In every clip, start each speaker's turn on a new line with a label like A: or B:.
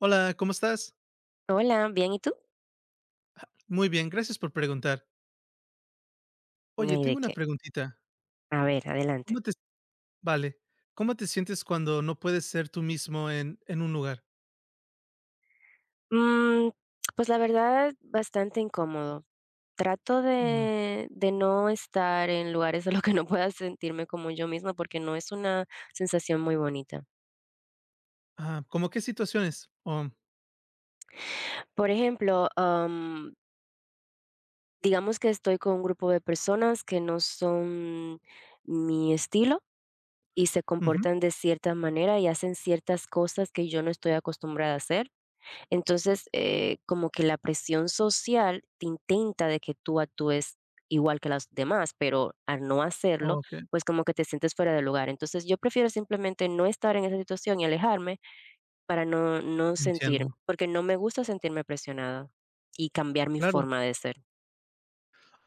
A: Hola, ¿cómo estás?
B: Hola, bien, ¿y tú?
A: Muy bien, gracias por preguntar.
B: No
A: Oye,
B: hay
A: tengo
B: de
A: una
B: qué.
A: preguntita.
B: A ver,
A: ¿Cómo
B: adelante.
A: te vale, ¿Cómo te sientes cuando no puedes ser tú mismo en un lugar?
B: Mm, pues la verdad, bastante incómodo. Trato
A: Mm,
B: de no estar en lugares a los que no pueda sentirme como yo misma porque no es una sensación muy bonita.
A: ah, ¿cómo qué situaciones? Oh,
B: Por ejemplo, digamos que estoy con un grupo de personas que no son mi estilo y se
A: ujú,
B: comportan de cierta manera y hacen ciertas cosas que yo no estoy acostumbrada a hacer. Entonces, como que la presión social te intenta de que tú actúes igual que las demás, pero al no hacerlo,
A: okey,
B: pues como que te sientes fuera de lugar. Entonces, yo prefiero simplemente no estar en esa situación y alejarme para no sentir,
A: entiendo.
B: porque no me gusta sentirme presionada y cambiar mi
A: Claro.
B: forma de ser.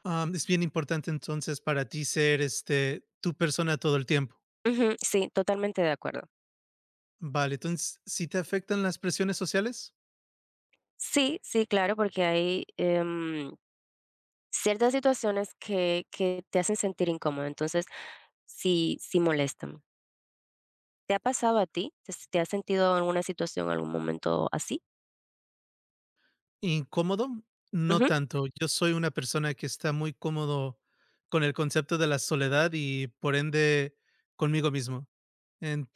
A: Es bien importante, entonces, para ti ser, este, tu persona todo el tiempo.
B: Ujú, sí, totalmente de acuerdo.
A: Vale, entonces, ¿si te afectan las presiones sociales?
B: Sí, sí, claro, porque hay ciertas situaciones que te hacen sentir incómodo, entonces sí, sí molestan. ¿Te ha pasado a ti? Te has sentido en alguna situación, en algún momento así?
A: Incómodo, no
B: Ujú.
A: tanto. Yo soy una persona que está muy cómodo con el concepto de la soledad y por ende conmigo mismo.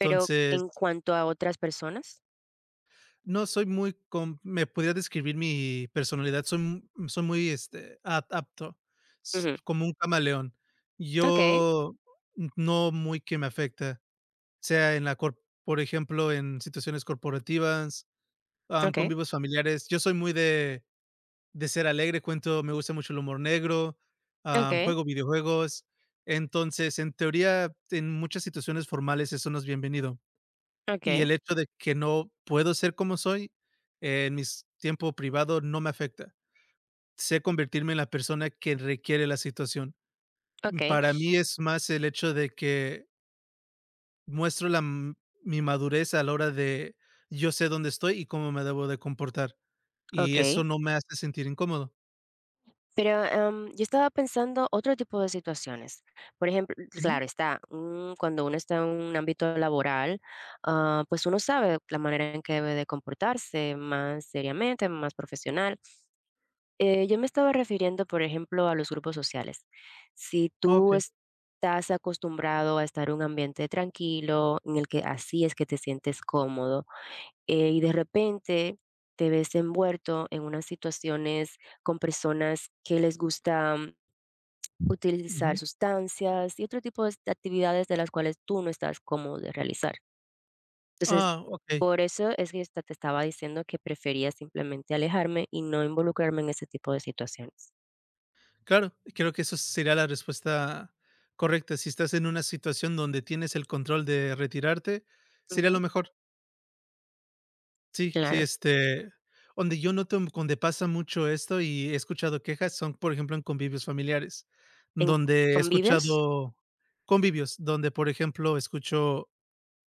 B: Pero en cuanto a otras personas.
A: no soy muy com me podría describir mi personalidad, soy muy, este, a apto, s
B: Ujú.
A: como un camaleón.
B: Okey,
A: Yo no muy que me afecta, sea en la cor por ejemplo, en situaciones corporativas, con
B: okey,
A: vivos familiares. Yo soy muy de ser alegre, cuento me gusta mucho el humor negro,
B: okey,
A: juego videojuegos. Entonces, en teoría, en muchas situaciones formales eso no es bienvenido. Y el
B: okey,
A: hecho de que no puedo ser como soy, en mis tiempo privado no me afecta. Sé convertirme en la persona que requiere la situación.
B: okey,
A: Para mí es más el hecho de que muestro la m mi madurez a la hora de yo sé dónde estoy y cómo me debo de comportar, y
B: okey.
A: eso no me hace sentir incómodo.
B: Pero, yo estaba pensando otro tipo de situaciones. Por ejemplo,
A: Ujú.
B: claro está, mm, cuando uno está en un ámbito laboral, pues uno sabe la manera en que debe de comportarse más seriamente, más profesional. Yo me estaba refiriendo, por ejemplo, a los grupos sociales. Si tú
A: Okey.
B: estás acostumbrado a estar en un ambiente tranquilo, en el que así es que te sientes cómodo, y de repente te ves envuelto en unas situaciones con personas que les gusta mm, utilizar
A: Ujú.
B: sustancias y otro tipo de actividades de las cuales tú no estás cómodo de realizar. Entonces,
A: Ah, okey.
B: por eso es que te estaba diciendo que prefería simplemente alejarme y no involucrarme en ese tipo de situaciones.
A: Claro, creo que eso sería la respuesta correcta. Si estás en una situación donde tienes el control de retirarte, sería lo
B: Ujú.
A: mejor. Sí, sí,
B: Claro.
A: este, donde yo noto donde pasa mucho esto y he escuchado quejas son, por ejemplo, en convivios familiares,
B: ¿En
A: donde he
B: convivios?
A: escuchado convivios, donde, por ejemplo, escucho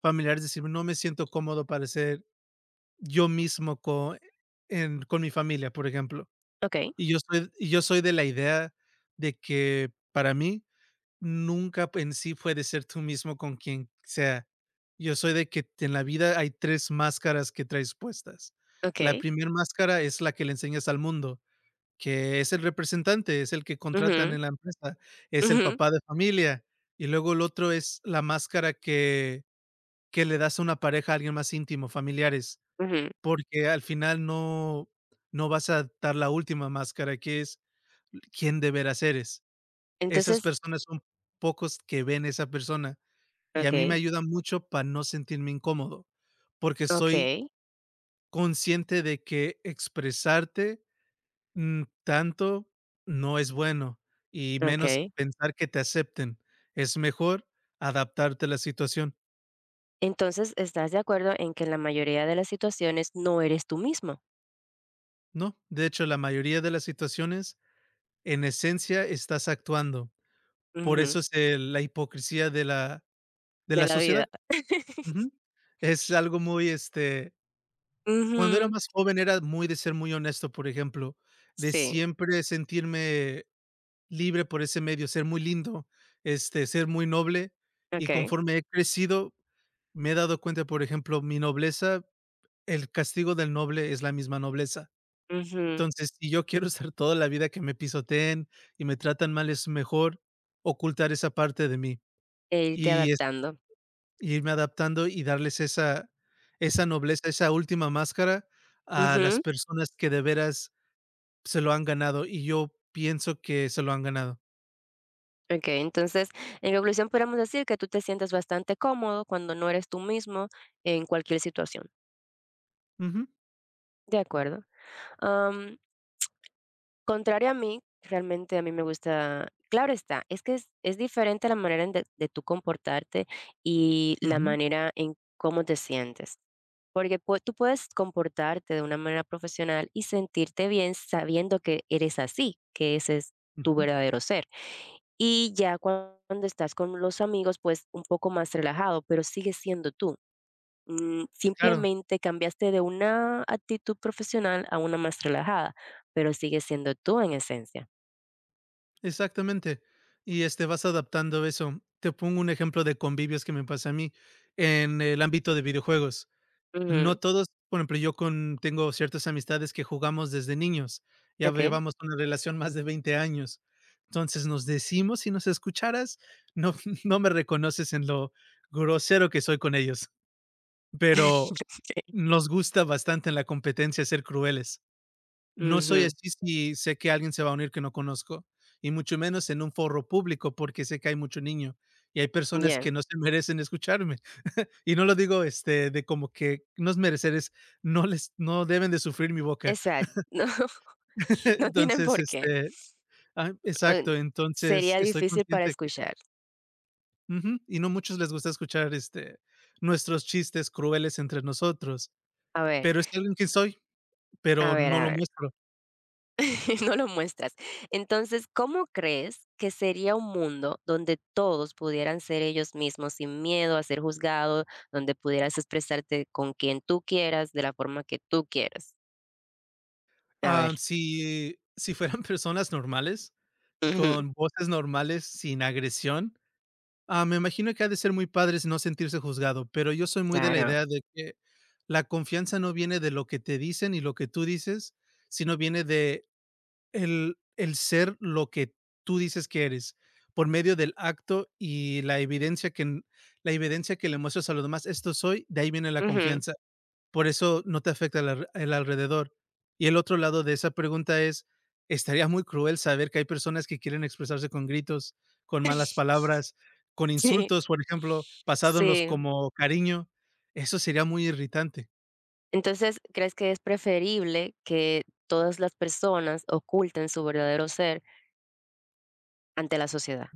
A: familiares decir: "No me siento cómodo para ser yo mismo co en con mi familia", por ejemplo.
B: Okey,
A: Y yo soy de la idea de que, para mí, nunca en sí puedes ser tú mismo con quien sea. Yo soy de que en la vida hay 3 máscaras que traes puestas. La
B: okey.
A: primera máscara es la que le enseñas al mundo, que es el representante, es el que contratan
B: Ujú,
A: en la empresa, es el
B: ujú,
A: papá de familia, y luego el otro es la máscara que le das a una pareja, a alguien más íntimo, familiares,
B: ujú.
A: porque al final no vas a dar la última máscara, que es quién de veras eres. Esas
B: Entonces
A: personas son pocos que ven esa persona y a mí me
B: okey,
A: ayuda mucho para no sentirme incómodo, porque estoy
B: okey,
A: consciente de que expresarte, mm, tanto no es bueno y menos
B: okey.
A: pensar que te acepten. Es mejor adaptarte a la situación,
B: Entonces, ¿estás de acuerdo en que en la mayoría de las situaciones no eres tú mismo?
A: ¿no? De hecho, la mayoría de las situaciones, en esencia, estás actuando. Por
B: Ujú,
A: eso es, la hipocresía de la de
B: de
A: la
B: la vida.
A: sociedad. Ujú. Es algo muy, este. Cuando era
B: Ujú,
A: más joven era muy de ser muy honesto, por ejemplo, de
B: sí,
A: siempre sentirme libre por ese medio, ser muy lindo, este, ser muy noble, y
B: okey,
A: conforme he crecido, me he dado cuenta, por ejemplo, mi nobleza, el castigo del noble es la misma nobleza.
B: ujú,
A: Entonces, si yo quiero estar toda la vida que me pisoteen y me tratan mal, es mejor ocultar esa parte de mí
B: e irte
A: y es
B: adaptando.
A: y irme adaptando y darles esa nobleza, esa última máscara a las
B: Ujú,
A: personas que de veras se lo han ganado, y yo pienso que se lo han ganado.
B: okey. Entonces, en conclusión, podríamos decir que tú te sientes bastante cómodo cuando no eres tú mismo en cualquier situación.
A: Ujú,
B: De acuerdo. Contrario a mí, realmente a mí me gusta claro está, es que es diferente la manera en de tú comportarte y la
A: ujú,
B: manera en cómo te sientes, porque pue tú puedes comportarte de una manera profesional y sentirte bien sabiendo que eres así, que ese es tu
A: ujú.
B: verdadero ser. Y ya cuando estás con los amigos, pues, un poco más relajado, pero sigues siendo tú. Mm,
A: Claro,
B: simplemente cambiaste de una actitud profesional a una más relajada, pero sigues siendo tú en esencia.
A: exactamente. Y, este, vas adaptando eso. Te pongo un ejemplo de convivios que me pasa a mí, en el ámbito de videojuegos. No
B: Ujú,
A: todos, por ejemplo, yo con tengo ciertas amistades que jugamos desde niños, ya
B: okey.
A: llevamos una relación más de 20 años. Entonces, nos decimos, si nos escucharas, no no me reconoces en lo grosero que soy con ellos. Pero
B: Sí.
A: nos gusta bastante en la competencia ser crueles. No soy
B: Ujú,
A: así si sé que alguien se va a unir que no conozco, y mucho menos en un foro público, porque sé que hay mucho niño y hay personas
B: ya.
A: que no se merecen escucharme. Y no lo digo, este, de como que no es merecer, es no deben de sufrir mi boca.
B: Exacto. No, no tienen
A: Entonces,
B: por qué.
A: este, ah,
B: Eh,
A: exacto, entonces
B: Sería
A: estoy
B: difícil para
A: consciente que
B: escuchar.
A: ujú, y no muchos les gusta escuchar, este, nuestros chistes crueles entre nosotros,
B: A ver,
A: pero es alguien que soy,
B: a
A: pero
B: ver,
A: no
B: a
A: lo
B: ver,
A: muestro.
B: no lo muestras. Entonces, ¿cómo crees que sería un mundo donde todos pudieran ser ellos mismos sin miedo a ser juzgados, donde pudieras expresarte con quien tú quieras, de la forma que tú quieras? A
A: Ah,
B: ver.
A: si si fueran personas normales,
B: Ujú,
A: con voces normales, sin agresión, ah, me imagino que ha de ser muy padre no sentirse juzgado, pero yo soy muy de la
B: claro.
A: idea de que la confianza no viene de lo que te dicen y lo que tú dices, sino viene de el ser lo que tú dices que eres, por medio del acto y la evidencia la evidencia que le muestras a los demás, esto soy, de ahí viene la
B: Ujú.
A: confianza. Por eso no te afecta el alrededor. Y el otro lado de esa pregunta es, estaría muy cruel saber que hay personas que quieren expresarse con gritos, con malas palabras, con
B: Sí.
A: insultos, por ejemplo, pasándolos
B: Sí.
A: como cariño. Eso sería muy irritante.
B: Entonces, ¿crees que es preferible que todas las personas oculten su verdadero ser ante la sociedad?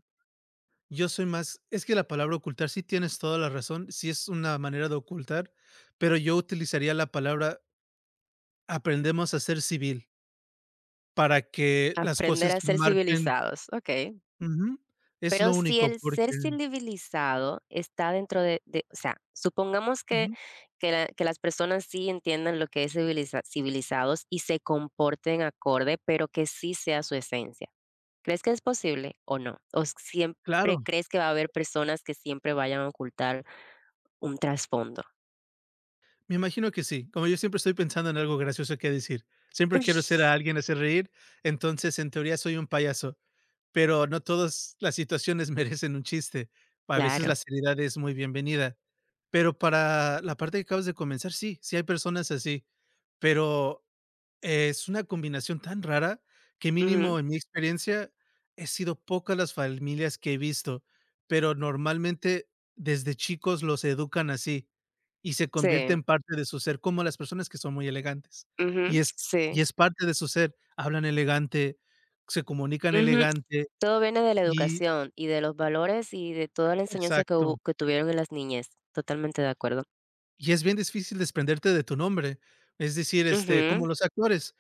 A: Yo soy más es que la palabra ocultar sí tienes toda la razón, sí es una manera de ocultar, pero yo utilizaría la palabra aprendemos a ser civil para que las
B: Aprender
A: cosas
B: a ser
A: marchen.
B: civilizados, ¿ok?
A: Ujú, es lo
B: Pero si
A: único,
B: el
A: porque
B: ser civilizado está dentro de o sea, supongamos
A: ujú,
B: que la que las personas sí entiendan lo que es civilizados y se comporten acorde, pero que sí sea su esencia. ¿Crees que es posible o no? ¿O
A: claro.
B: siempre crees que va a haber personas que siempre vayan a ocultar un trasfondo?
A: Me imagino que sí. Como yo siempre estoy pensando en algo gracioso que decir. Siempre quiero hacer a alguien hacer reír, entonces en teoría soy un payaso. Pero no todas las situaciones merecen un chiste. A veces
B: Claro,
A: la seriedad es muy bienvenida. Pero para la parte que acabas de comenzar, sí, sí hay personas así, pero es una combinación tan rara que
B: ujú,
A: mínimo en mi experiencia he sido pocas las familias que he visto, pero normalmente desde chicos los educan así y se convierte
B: sí,
A: en parte de su ser, como las personas que son muy elegantes.
B: ujú, sí,
A: Y es parte de su ser, hablan elegante, se comunican
B: ujú.
A: elegante,
B: Todo viene de la
A: y
B: educación y de los valores y de toda la enseñanza que
A: exacto.
B: hubo que tuvieron en las niñas. Totalmente de acuerdo.
A: Y es bien difícil desprenderte de tu nombre. Es decir, este,
B: Ujú,
A: como los actores,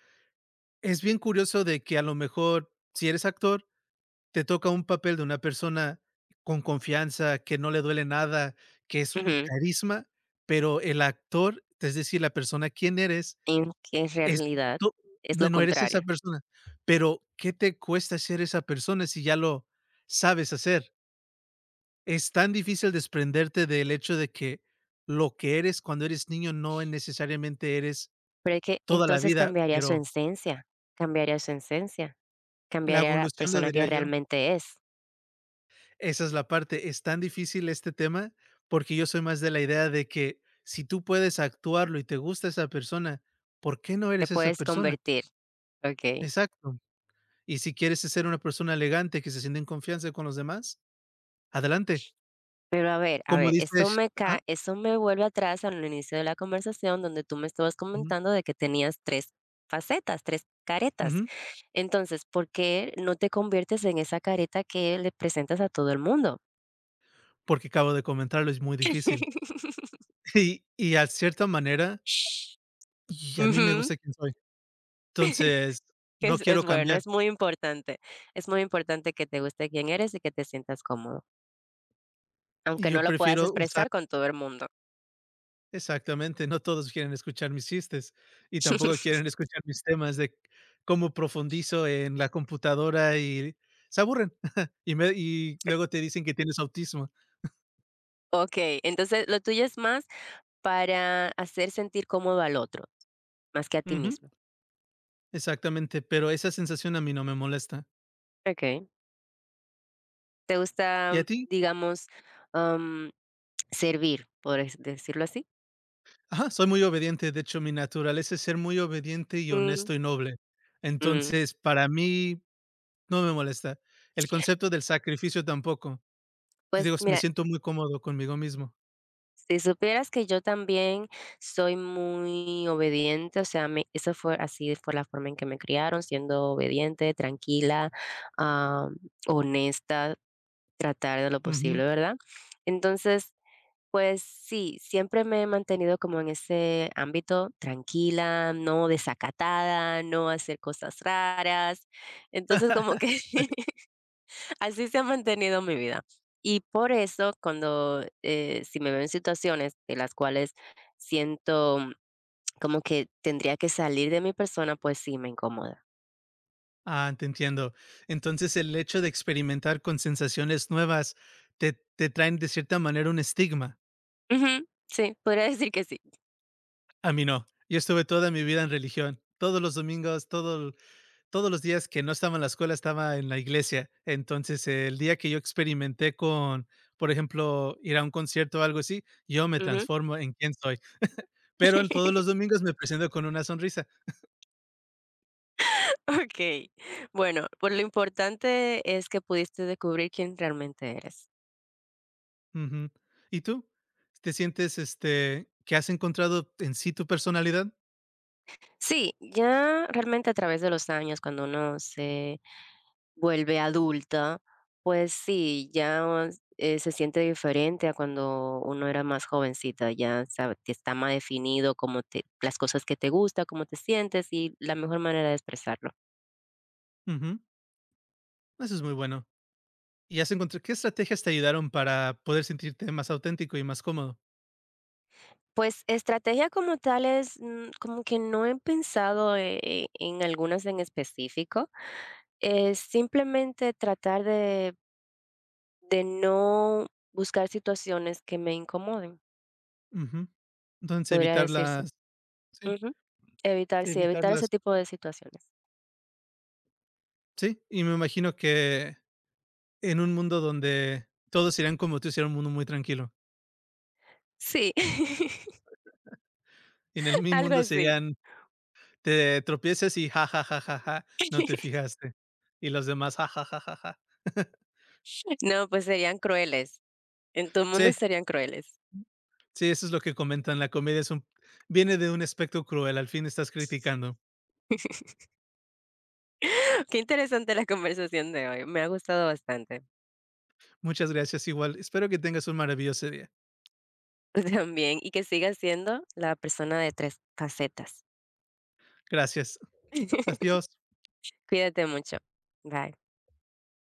A: es bien curioso de que a lo mejor, si eres actor, te toca un papel de una persona con confianza, que no le duele nada, que es un
B: ujú,
A: carisma, pero el actor, es decir, la persona quién eres,
B: en que en
A: es
B: realidad
A: tú
B: es
A: no
B: lo
A: no eres esa
B: contrario,
A: persona, pero, ¿qué te cuesta ser esa persona si ya lo sabes hacer? Es tan difícil desprenderte del hecho de que lo que eres cuando eres niño no necesariamente eres
B: pero es que
A: toda la
B: entonces
A: vida,
B: cambiaría su
A: pero
B: esencia, cambiaría su esencia,
A: la
B: cambiaría la
A: evolución lo
B: persona
A: diría
B: que
A: yo.
B: realmente es,
A: Esa es la parte. Es tan difícil este tema porque yo soy más de la idea de que si tú puedes actuarlo y te gusta esa persona, ¿por qué no
B: te
A: eres esa
B: puedes
A: persona?
B: convertir, okey.
A: Exacto. Y si quieres ser una persona elegante que se siente en confianza con los demás, adelante.
B: Pero a
A: Como
B: ver, esto
A: dices,
B: me
A: ah,
B: ca esto me vuelve atrás al inicio de la conversación donde tú me estabas
A: ujú,
B: comentando de que tenías 3 facetas, 3 caretas.
A: ujú,
B: Entonces, ¿por qué no te conviertes en esa careta que le presentas a todo el mundo?
A: porque acabo de comentarlo, es muy difícil. Y a cierta manera, y a mí me
B: Ujú,
A: gusta quién soy. Entonces,
B: que
A: no
B: es
A: quiero
B: bueno,
A: cambiar
B: es muy importante. Es muy importante que te guste quién eres y que te sientas cómodo,
A: y
B: aunque
A: yo
B: no lo puedas
A: prefiero usar
B: expresar con todo el mundo.
A: exactamente, no todos quieren escuchar mis chistes y tampoco quieren escuchar mis temas de cómo profundizo en la computadora y se aburren y luego te dicen que tienes autismo.
B: Okey, entonces lo tuyo es más para hacer sentir cómodo al otro, más que a ti
A: Ujú,
B: mismo.
A: exactamente, pero esa sensación a mí no me molesta.
B: Okey. ¿Te
A: ¿Y a
B: gusta,
A: ti?
B: digamos, am, servir, por es decirlo así?
A: Ajá, soy muy obediente, de hecho, mi naturaleza es ser muy obediente y
B: Mm.
A: honesto y noble.
B: Mm,
A: Entonces, para mí no me molesta. El concepto del sacrificio tampoco. Pues
B: pues
A: digo, me
B: mira,
A: siento muy cómodo conmigo mismo.
B: si supieras que yo también soy muy obediente, o sea, me eso fue así fue la forma en que me criaron, siendo obediente, tranquila, am, honesta, tratar de lo
A: Ujú.
B: posible, ¿verdad? Entonces pues sí, siempre me he mantenido como en ese ámbito, tranquila, no desacatada, no hacer cosas raras. Entonces, como que así se ha mantenido mi vida. Y por eso, cuando si me veo en situaciones en las cuales siento mm, como que tendría que salir de mi persona, pues sí, me incomoda.
A: Ah, te entiendo. Entonces, el hecho de experimentar con sensaciones nuevas te traen de cierta manera un estigma.
B: Ujú, sí, podría decir que sí.
A: A mí no. Yo estuve toda mi vida en religión. Todos los domingos, todos los días que no estaba en la escuela, estaba en la iglesia. Entonces, el día que yo experimenté con, por ejemplo, ir a un concierto o algo así, yo me
B: Ujú.
A: transformo en quién soy. Pero en todos los domingos me presento con una sonrisa.
B: Ok, bueno, pues lo importante es que pudiste descubrir quién realmente eres.
A: Ujú. ¿Y tú? ¿Te sientes, este, que has encontrado en sí tu personalidad?
B: Sí, ya realmente a través de los años, cuando uno se vuelve adulta, pues sí, ya, se siente diferente a cuando uno era más jovencita, ya sabe que está más definido cómo te las cosas que te gusta, cómo te sientes y la mejor manera de expresarlo.
A: Ujú. Eso es muy bueno. ¿Y has encontrado qué estrategias te ayudaron para poder sentirte más auténtico y más cómodo?
B: Pues, estrategia como tal es, mm, como que no he pensado en algunas en específico, es simplemente tratar de no buscar situaciones que me incomoden.
A: Ujú. Entonces,
B: Podría
A: evitar
B: decirse.
A: las. Sí,
B: Ujú. Evitar, sí,
A: evitar
B: evitar ese
A: las.
B: tipo de situaciones.
A: Sí, y me imagino que en un mundo donde todos serían como tú, sería un mundo muy tranquilo.
B: Sí,
A: En el mi
B: algo
A: mundo
B: así.
A: serían, te tropiezas y ja, ja, ja, ja, ja, no te fijaste. Y los demás ja, ja, ja, ja, ja.
B: No, pues serían crueles. En tu mundo
A: Sí,
B: serían crueles.
A: sí, eso es lo que comentan. La comedia es un viene de un aspecto cruel, al fin estás criticando.
B: Qué interesante la conversación de hoy. Me ha gustado bastante.
A: Muchas gracias igual. Espero que tengas un maravilloso día.
B: Tú también. Y que sigas siendo la persona de tres facetas.
A: Gracias. Adiós.
B: Cuídate mucho. Bye.